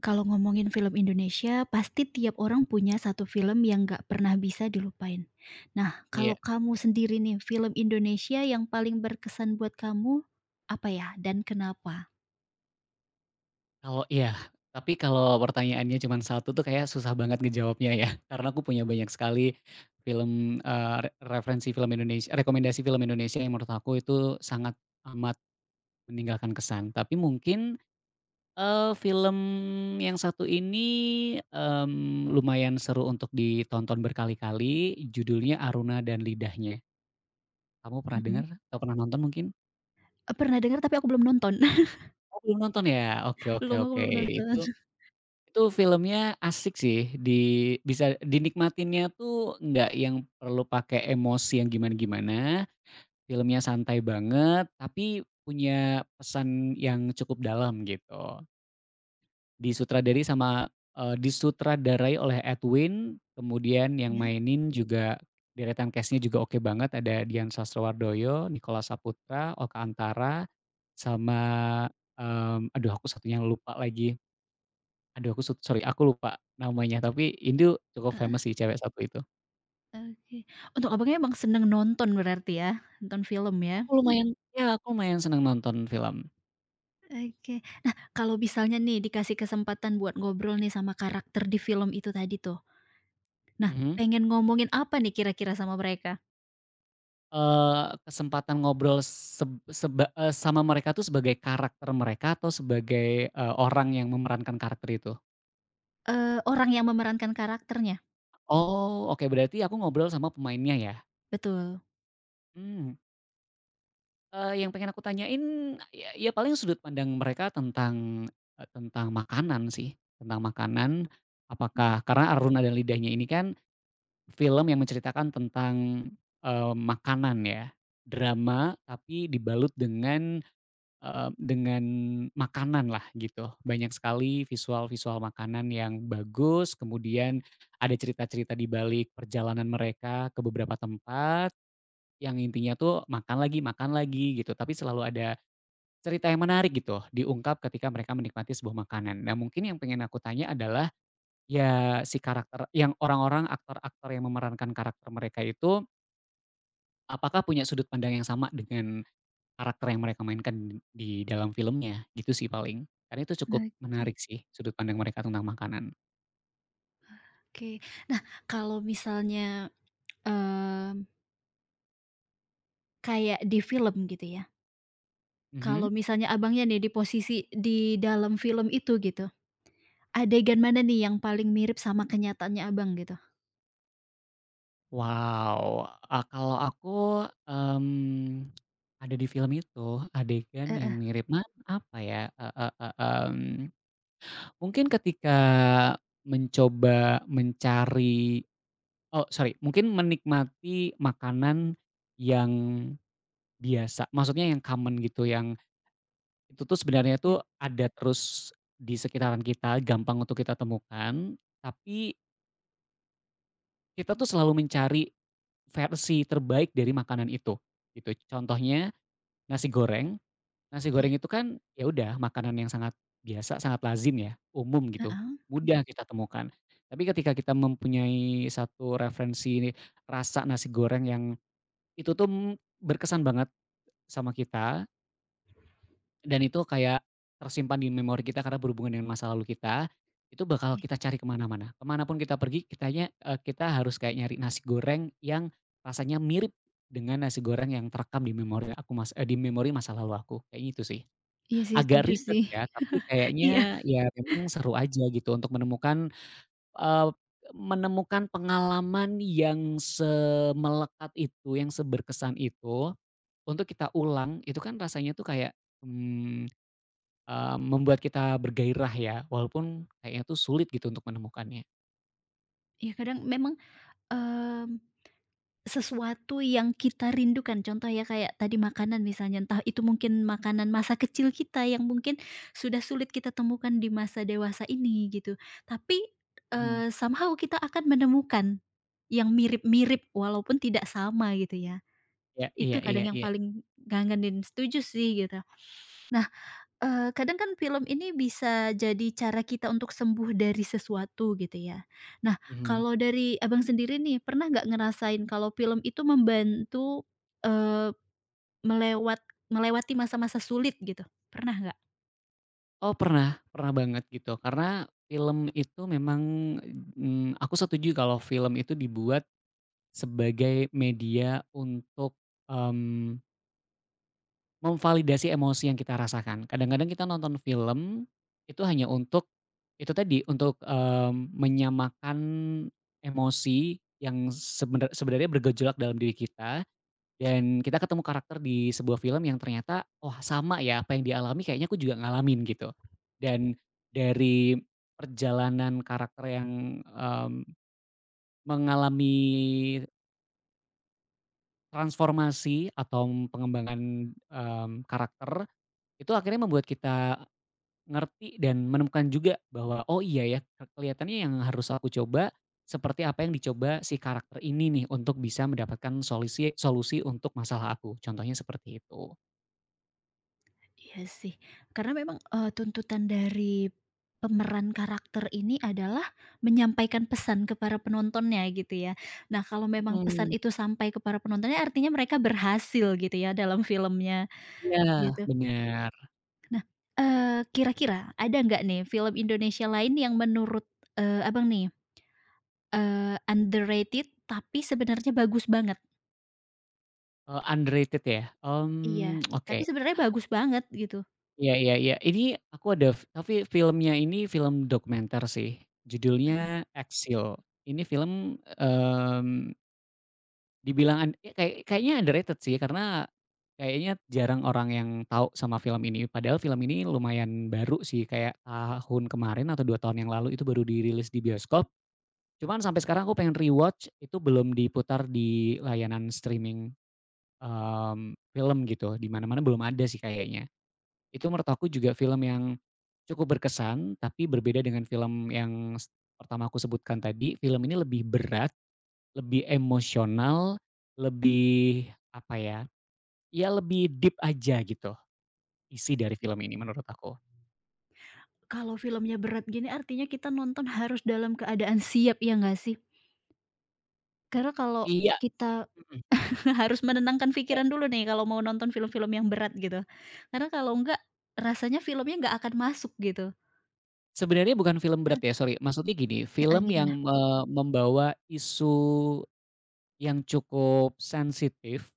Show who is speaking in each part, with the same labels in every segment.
Speaker 1: Kalau ngomongin film Indonesia, pasti tiap orang punya satu film yang nggak pernah bisa dilupain. Nah, kalau
Speaker 2: Iya,
Speaker 1: kamu sendiri nih, film Indonesia yang paling berkesan buat kamu, apa ya dan kenapa?
Speaker 2: kalau iya, tapi kalau pertanyaannya cuma satu tuh kayak susah banget ngejawabnya ya, karena aku punya banyak sekali film, eee, re referensi film Indonesia rekomendasi film Indonesia yang menurut aku itu sangat amat meninggalkan kesan. Tapi mungkin, film yang satu ini, lumayan seru untuk ditonton berkali-kali, judulnya Aruna dan Lidahnya. Kamu pernah
Speaker 1: Mhm.
Speaker 2: dengar atau pernah nonton mungkin?
Speaker 1: Pernah dengar tapi aku belum nonton.
Speaker 2: Oh belum nonton ya? Oke, oke,
Speaker 1: Belum, aku
Speaker 2: oke.
Speaker 1: belum nonton.
Speaker 2: Itu Itu filmnya asik sih, di bisa dinikmatinnya tuh nggak yang perlu pakai emosi yang gimana-gimana, filmnya santai banget, tapi punya pesan yang cukup dalam gitu. Disutradari sama, disutradarai oleh Edwin, kemudian yang
Speaker 1: Ya,
Speaker 2: mainin juga deretan cast-nya juga oke banget, ada Dian Sastrowardoyo, Nicholas Saputra, Oka Antara, sama, aduh aku satunya lupa lagi. Aduh aku sut sorry aku lupa namanya, tapi itu cukup
Speaker 1: heeh,
Speaker 2: famous sih cewek satu itu.
Speaker 1: oke. Untuk Abangnya emang seneng nonton berarti ya? Nonton film ya?
Speaker 2: Aku lumayan ya aku lumayan seneng nonton film.
Speaker 1: Oke. Nah, kalau misalnya nih dikasih kesempatan buat ngobrol nih sama karakter di film itu tadi tuh. Nah,
Speaker 2: Mhm.
Speaker 1: pengen ngomongin apa nih kira-kira sama mereka?
Speaker 2: Kesempatan ngobrol sama mereka tuh sebagai karakter mereka atau sebagai, orang yang memerankan karakter itu?
Speaker 1: Orang yang memerankan karakternya,
Speaker 2: Oh, oke, berarti aku ngobrol sama pemainnya ya?
Speaker 1: betul.
Speaker 2: Mmm, yang pengen aku tanyain ya paling sudut pandang mereka tentang, tentang makanan sih, tentang makanan. Apakah karena Aruna dan Lidahnya ini kan film yang menceritakan tentang, makanan ya, drama tapi dibalut dengan, dengan makanan lah gitu. Banyak sekali visual-visual makanan yang bagus, kemudian ada cerita-cerita di balik perjalanan mereka ke beberapa tempat, yang intinya tuh makan lagi gitu, tapi selalu ada cerita yang menarik gitu, diungkap ketika mereka menikmati sebuah makanan. Nah mungkin yang pengen aku tanya adalah, ya, si karakter yang orang-orang, aktor-aktor yang memerankan karakter mereka itu, apakah punya sudut pandang yang sama dengan karakter yang mereka mainkan di dalam filmnya, gitu sih paling. Karena itu cukup
Speaker 1: Oke.
Speaker 2: menarik sih, sudut pandang mereka tentang makanan.
Speaker 1: Oke, kalau misalnya, mmm, kayak di film gitu ya,
Speaker 2: Mhm.
Speaker 1: kalau misalnya Abangnya nih di posisi di dalam film itu gitu, adegan mana nih yang paling mirip sama kenyataannya Abang gitu?
Speaker 2: Wow, kalau aku, mmm, ada di film itu adegan yang
Speaker 1: Heeh.
Speaker 2: mirip mana apa ya, eee eee, eee, mmm, mungkin ketika mencoba mencari. Oh sorry, mungkin menikmati makanan yang biasa, maksudnya yang common gitu, yang itu tuh sebenarnya
Speaker 1: Ya.
Speaker 2: tuh ada terus di sekitaran kita, gampang untuk kita temukan, tapi kita tuh selalu mencari versi terbaik dari makanan itu, gitu. Contohnya nasi goreng, nasi
Speaker 1: Iya.
Speaker 2: goreng itu kan ya udah makanan yang sangat biasa, sangat lazim ya, umum gitu,
Speaker 1: Heeh.
Speaker 2: mudah kita temukan. Tapi ketika kita mempunyai satu referensi rasa nasi goreng yang itu tuh, berkesan banget sama kita, dan itu kayak tersimpan di memori kita karena berhubungan dengan masa lalu kita, itu bakal
Speaker 1: Iya.
Speaker 2: kita cari kemana mana kemanapun kita pergi kitanya kita harus kayak nyari nasi goreng yang rasanya mirip dengan nasi goreng yang terekam di memori di memori masa lalu aku, kayak gitu sih.
Speaker 1: Iya sih,
Speaker 2: Agak
Speaker 1: setuju
Speaker 2: ribet
Speaker 1: sih.
Speaker 2: ya, tapi
Speaker 1: Iya.
Speaker 2: kayaknya ya memang seru aja gitu untuk menemukan, eee, menemukan pengalaman yang semelekat itu, yang seberkesan itu untuk kita ulang itu kan rasanya tuh kayak, mmm, membuat kita bergairah ya, walaupun kayaknya tuh sulit gitu untuk menemukannya.
Speaker 1: Iya kadang memang, mmm sesuatu yang kita rindukan, contoh ya kayak tadi makanan misalnya, entah itu mungkin makanan masa kecil kita yang mungkin sudah sulit kita temukan di masa dewasa ini gitu. Tapi,
Speaker 2: Mhm.
Speaker 1: somehow kita akan menemukan yang mirip-mirip walaupun tidak sama gitu ya.
Speaker 2: Iya, iya,
Speaker 1: Itu
Speaker 2: iya,
Speaker 1: kadang yang
Speaker 2: iya,
Speaker 1: paling ngangenin, setuju sih gitu. Nah, kadang kan film ini bisa jadi cara kita untuk sembuh dari sesuatu gitu ya. Nah,
Speaker 2: mhm.
Speaker 1: kalau dari Abang sendiri nih, pernah nggak ngerasain kalau film itu membantu, eee, melewat melewati masa-masa sulit gitu, pernah nggak?
Speaker 2: Oh pernah, pernah banget gitu karena film itu memang, aku setuju kalau film itu dibuat sebagai media untuk, mmm memvalidasi emosi yang kita rasakan. Kadang-kadang kita nonton film, itu hanya untuk, itu tadi, untuk, menyamakan emosi yang sebenarnya bergejolak dalam diri kita, dan kita ketemu karakter di sebuah film yang ternyata, "Wah sama ya apa yang dialami, kayaknya aku juga ngalamin," gitu. Dan dari perjalanan karakter yang, mengalami transformasi atau pengembangan, karakter, itu akhirnya membuat kita ngerti dan menemukan juga bahwa, oh iya ya kelihatannya yang harus aku coba, seperti apa yang dicoba si karakter ini nih untuk bisa mendapatkan solusi solusi untuk masalah aku, contohnya seperti itu.
Speaker 1: Iya sih, karena memang, tuntutan dari pemeran karakter ini adalah menyampaikan pesan ke para penontonnya gitu ya. Nah, kalau memang pesan
Speaker 2: Mhm,
Speaker 1: itu sampai ke para penontonnya artinya mereka berhasil gitu ya dalam filmnya,
Speaker 2: iya.
Speaker 1: gitu.
Speaker 2: Benar.
Speaker 1: Nah, kira-kira ada nggak nih film Indonesia lain yang menurut, Abang nih, underrated tapi sebenarnya bagus banget?
Speaker 2: Underrated ya?
Speaker 1: Iya.
Speaker 2: Mmm, oke.
Speaker 1: Tapi sebenarnya bagus banget gitu.
Speaker 2: Iya, iya, iya. Ini aku ada tapi filmnya ini film dokumenter sih, judulnya Exile. Ini film, mmm dibilang an ya kayak kayaknya underrated sih karena, kayaknya jarang orang yang tahu sama film ini. Padahal film ini lumayan baru sih kayak tahun kemarin atau 2 tahun yang lalu itu baru dirilis di bioskop. Cuman sampai sekarang aku pengen rewatch itu belum diputar di layanan streaming, film gitu, di mana-mana belum ada sih kayaknya. Itu menurut aku juga film yang cukup berkesan tapi berbeda dengan film yang pertama aku sebutkan tadi. Film ini lebih berat, lebih emosional, lebih apa ya, ya lebih deep aja gitu isi dari film ini menurut aku.
Speaker 1: Kalau filmnya berat gini artinya kita nonton harus dalam keadaan siap ya nggak sih? Karena kalau
Speaker 2: Iya,
Speaker 1: kita
Speaker 2: mhm,
Speaker 1: harus menenangkan
Speaker 2: iya.
Speaker 1: pikiran dulu nih kalau mau nonton film-film yang berat gitu. Karena kalau enggak rasanya filmnya nggak akan masuk gitu.
Speaker 2: Sebenarnya bukan film berat
Speaker 1: Heeh,
Speaker 2: ya, sorry. Maksudnya gini,
Speaker 1: heeh,
Speaker 2: film yang,
Speaker 1: gimana?
Speaker 2: membawa isu yang cukup sensitif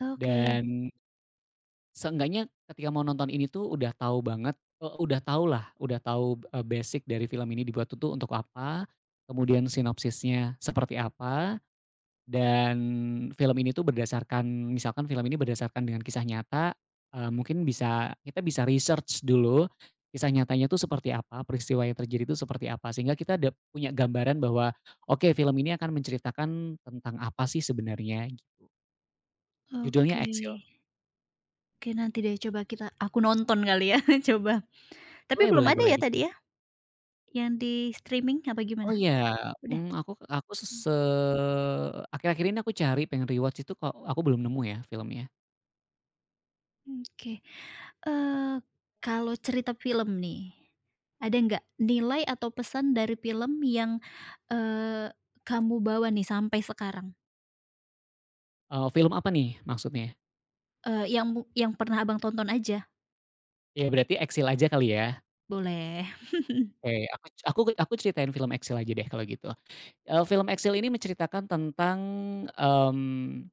Speaker 1: Oke,
Speaker 2: dan seenggaknya ketika mau nonton ini tuh udah tahu banget, udah tahulah, udah tahu, basic dari film ini dibuat itu untuk apa, kemudian sinopsisnya seperti apa. Dan film ini tuh berdasarkan, misalkan film ini berdasarkan dengan kisah nyata, mungkin bisa kita bisa research dulu, kisah nyatanya tuh seperti apa, peristiwa yang terjadi itu seperti apa, sehingga kita ada punya gambaran bahwa, oke film ini akan menceritakan tentang apa sih sebenarnya gitu. Judulnya
Speaker 1: oke.
Speaker 2: Exile.
Speaker 1: Oke nanti deh coba aku nonton kali ya coba. Tapi
Speaker 2: Boleh,
Speaker 1: belum
Speaker 2: boleh,
Speaker 1: ada
Speaker 2: boleh
Speaker 1: ya tadi
Speaker 2: dicoba.
Speaker 1: ya, yang di streaming apa
Speaker 2: Oh
Speaker 1: gimana?
Speaker 2: iya,
Speaker 1: Udah?
Speaker 2: aku se se akhir-akhir ini aku cari pengen rewatch itu kok aku belum nemu ya filmnya.
Speaker 1: Mmm, oke. Eee, Kalau cerita film nih, ada nggak nilai atau pesan dari film yang, eee, kamu bawa nih sampai sekarang?
Speaker 2: Film apa nih maksudnya?
Speaker 1: Yang pernah Abang tonton aja,
Speaker 2: Ya berarti Exile aja kali ya?
Speaker 1: boleh.
Speaker 2: Oke, aku ceritain film Exil aja deh kalau gitu. Film Exil ini menceritakan tentang, mmm,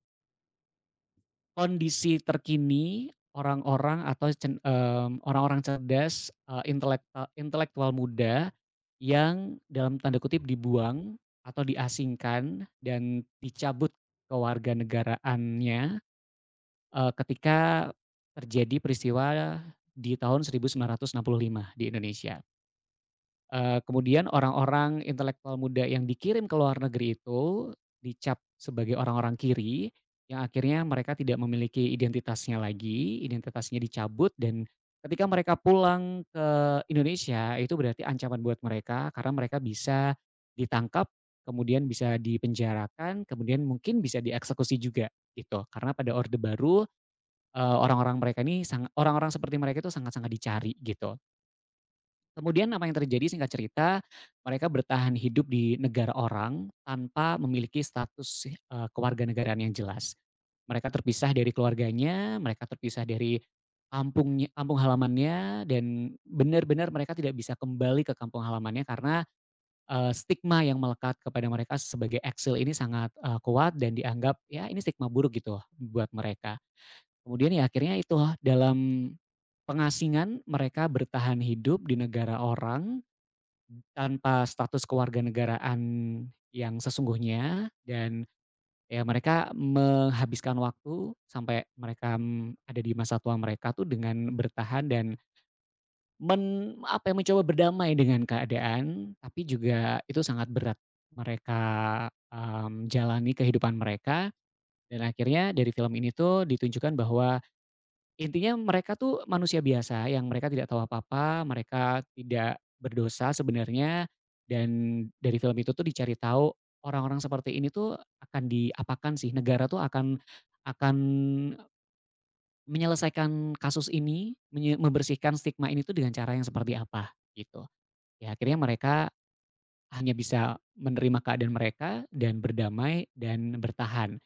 Speaker 2: kondisi terkini orang-orang atau orang-orang cerdas, eee, intelekta intelektual muda yang dalam tanda kutip "dibuang" atau diasingkan dan dicabut kewarganegaraannya, ketika terjadi peristiwa di tahun 1965 di Indonesia. Kemudian orang-orang intelektual muda yang dikirim ke luar negeri itu dicap sebagai orang-orang kiri, yang akhirnya mereka tidak memiliki identitasnya lagi, identitasnya dicabut dan ketika mereka pulang ke Indonesia itu berarti ancaman buat mereka karena mereka bisa ditangkap, kemudian bisa dipenjarakan, kemudian mungkin bisa dieksekusi juga gitu. Karena pada Orde Baru, orang-orang seperti mereka itu sangat-sangat dicari gitu. Kemudian apa yang terjadi singkat cerita, mereka bertahan hidup di negara orang tanpa memiliki status, kewarganegaraan yang jelas. Mereka terpisah dari keluarganya, mereka terpisah dari kampung halamannya dan benar-benar mereka tidak bisa kembali ke kampung halamannya karena, stigma yang melekat kepada mereka sebagai eksil ini sangat, kuat dan dianggap ya ini stigma buruk gitu buat mereka. Kemudian ya akhirnya itu dalam pengasingan mereka bertahan hidup di negara orang tanpa status kewarganegaraan yang sesungguhnya dan ya mereka menghabiskan waktu sampai mereka, ada di masa tua mereka tuh dengan bertahan dan men apa ya, mencoba berdamai dengan keadaan, tapi juga itu sangat berat mereka, jalani kehidupan mereka dan akhirnya dari film ini tuh ditunjukkan bahwa intinya mereka tuh manusia biasa yang mereka tidak tahu apa-apa, mereka tidak berdosa sebenarnya, dan dari film itu tuh dicari tahu orang-orang seperti ini tuh akan diapakan sih, negara tuh akan menyelesaikan kasus ini, membersihkan stigma ini tuh dengan cara yang seperti apa, gitu. Ya akhirnya mereka hanya bisa menerima keadaan mereka dan berdamai dan bertahan.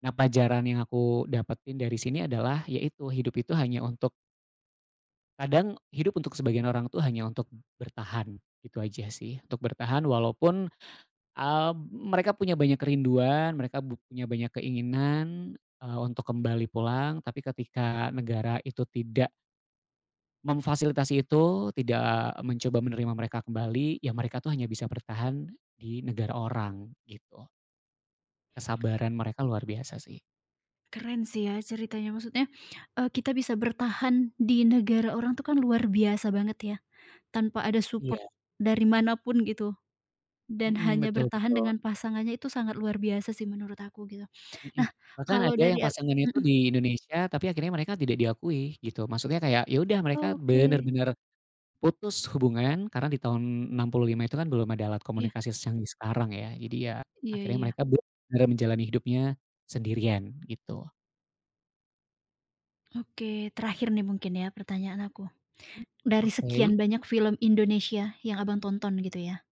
Speaker 2: Nah, pelajaran yang aku dapetin dari sini adalah, yaitu hidup itu hanya untuk, kadang hidup untuk sebagian orang tuh hanya untuk bertahan, gitu aja sih. Untuk bertahan walaupun, mereka punya banyak kerinduan, mereka punya banyak keinginan, untuk kembali pulang, tapi ketika negara itu tidak memfasilitasi itu, tidak mencoba menerima mereka kembali, ya mereka tuh hanya bisa bertahan di negara orang, gitu. Kesabaran mereka luar biasa sih.
Speaker 1: Keren sih ya ceritanya maksudnya, kita bisa bertahan di negara orang tuh kan luar biasa banget ya, tanpa ada support
Speaker 2: Iya,
Speaker 1: dari manapun gitu. Dan
Speaker 2: mhm,
Speaker 1: hanya
Speaker 2: betul,
Speaker 1: bertahan
Speaker 2: betul.
Speaker 1: dengan pasangannya itu sangat luar biasa sih menurut aku gitu.
Speaker 2: Mhm,
Speaker 1: Nah
Speaker 2: bahkan
Speaker 1: kalau
Speaker 2: ada yang
Speaker 1: dari a,
Speaker 2: pasangannya itu
Speaker 1: mhm,
Speaker 2: di Indonesia, tapi akhirnya mereka tidak diakui gitu. Maksudnya kayak ya udah mereka
Speaker 1: oke.
Speaker 2: bener-bener putus hubungan karena di tahun 65 itu kan belum ada alat
Speaker 1: Iya,
Speaker 2: komunikasi canggih sekarang ya. Jadi ya
Speaker 1: iya,
Speaker 2: akhirnya
Speaker 1: iya.
Speaker 2: mereka bener-bener menjalani hidupnya sendirian gitu.
Speaker 1: Oke terakhir nih mungkin ya pertanyaan aku. Dari
Speaker 2: Oke,
Speaker 1: sekian banyak film Indonesia yang Abang tonton gitu ya.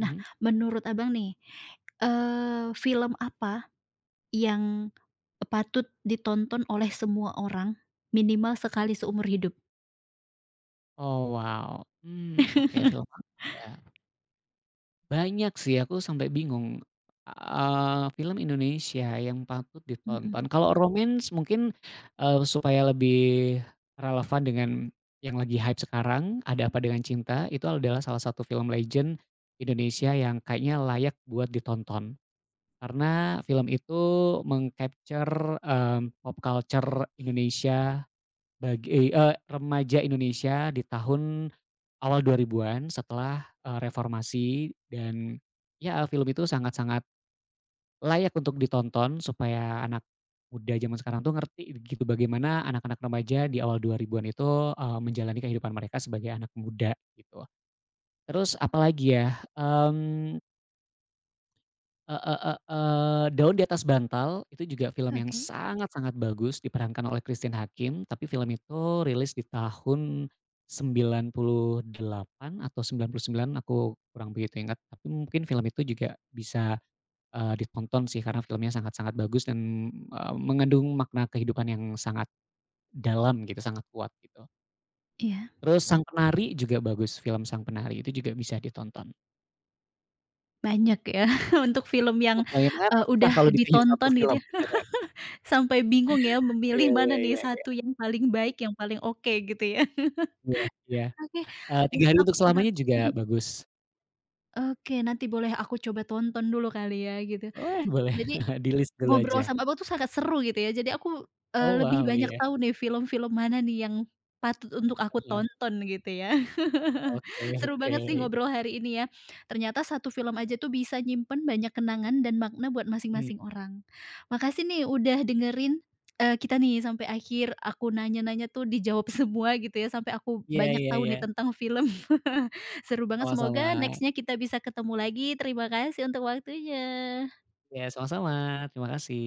Speaker 1: Nah menurut Abang nih, film apa yang patut ditonton oleh semua orang minimal sekali seumur hidup?
Speaker 2: Oh wow, mmm, oke film apa ya? Banyak sih, aku sampai bingung, film Indonesia yang patut
Speaker 1: Mhm.
Speaker 2: ditonton. Kalau romance mungkin, supaya lebih relevan dengan yang lagi hype sekarang, Ada Apa Dengan Cinta, itu adalah salah satu film legend Indonesia yang kayaknya layak buat ditonton. Karena film itu capture pop culture Indonesia bagi remaja Indonesia di tahun awal dua ribuan setelah, reformasi dan ya film itu sangat-sangat layak untuk ditonton supaya anak muda zaman sekarang tuh ngerti gitu bagaimana anak-anak remaja di awal dua ribuan itu, menjalani kehidupan mereka sebagai anak muda gitu. Terus apalagi ya, heeh, heeh, Daun di Atas Bantal itu juga film yang
Speaker 1: Oke.
Speaker 2: sangat-sangat bagus diperankan oleh Christine Hakim, tapi film itu rilis di tahun 98 atau 99, aku kurang begitu ingat, tapi mungkin film itu juga bisa, ditonton sih karena filmnya sangat-sangat bagus dan, mengandung makna kehidupan yang sangat dalam gitu, sangat kuat gitu.
Speaker 1: Iya
Speaker 2: Terus Sang Penari juga bagus, film Sang Penari itu juga bisa ditonton.
Speaker 1: banyak ya untuk film yang,
Speaker 2: Iya kebayang aku susah
Speaker 1: udah
Speaker 2: kalau ditanya satu
Speaker 1: ditonton gitu
Speaker 2: film
Speaker 1: ya?
Speaker 2: beneran.
Speaker 1: Sampai bingung ya memilih
Speaker 2: Iya,
Speaker 1: mana nih
Speaker 2: iya, iya.
Speaker 1: satu yang paling baik, yang paling oke gitu ya.
Speaker 2: Iya, iya,
Speaker 1: Oke,
Speaker 2: 3
Speaker 1: mungkin
Speaker 2: hari untuk
Speaker 1: aku juga
Speaker 2: selamanya
Speaker 1: mhm,
Speaker 2: juga bagus.
Speaker 1: oke nanti boleh aku coba tonton dulu kali ya gitu.
Speaker 2: Boleh, boleh,
Speaker 1: Jadi
Speaker 2: di-list dulu aja.
Speaker 1: ngobrol sama Abang tuh sangat seru gitu ya. Jadi aku,
Speaker 2: Oh
Speaker 1: lebih
Speaker 2: wow,
Speaker 1: banyak
Speaker 2: iya,
Speaker 1: tahu nih film-film mana nih yang patut untuk aku
Speaker 2: heeh,
Speaker 1: tonton gitu ya.
Speaker 2: oke,
Speaker 1: Seru
Speaker 2: oke,
Speaker 1: banget sih ngobrol hari ini ya. Ternyata satu film aja tuh bisa nyimpen banyak kenangan dan makna buat
Speaker 2: mmm,
Speaker 1: masing-masing orang. Makasih nih udah dengerin, kita nih sampai akhir. Aku nanya-nanya tuh dijawab semua gitu ya, sampai aku
Speaker 2: iya,
Speaker 1: banyak
Speaker 2: iya,
Speaker 1: tahu
Speaker 2: iya,
Speaker 1: nih tentang film. Seru banget, semoga
Speaker 2: sama-sama.
Speaker 1: next-nya kita bisa ketemu lagi. Terima kasih untuk waktunya.
Speaker 2: Iya sama-sama, terima kasih.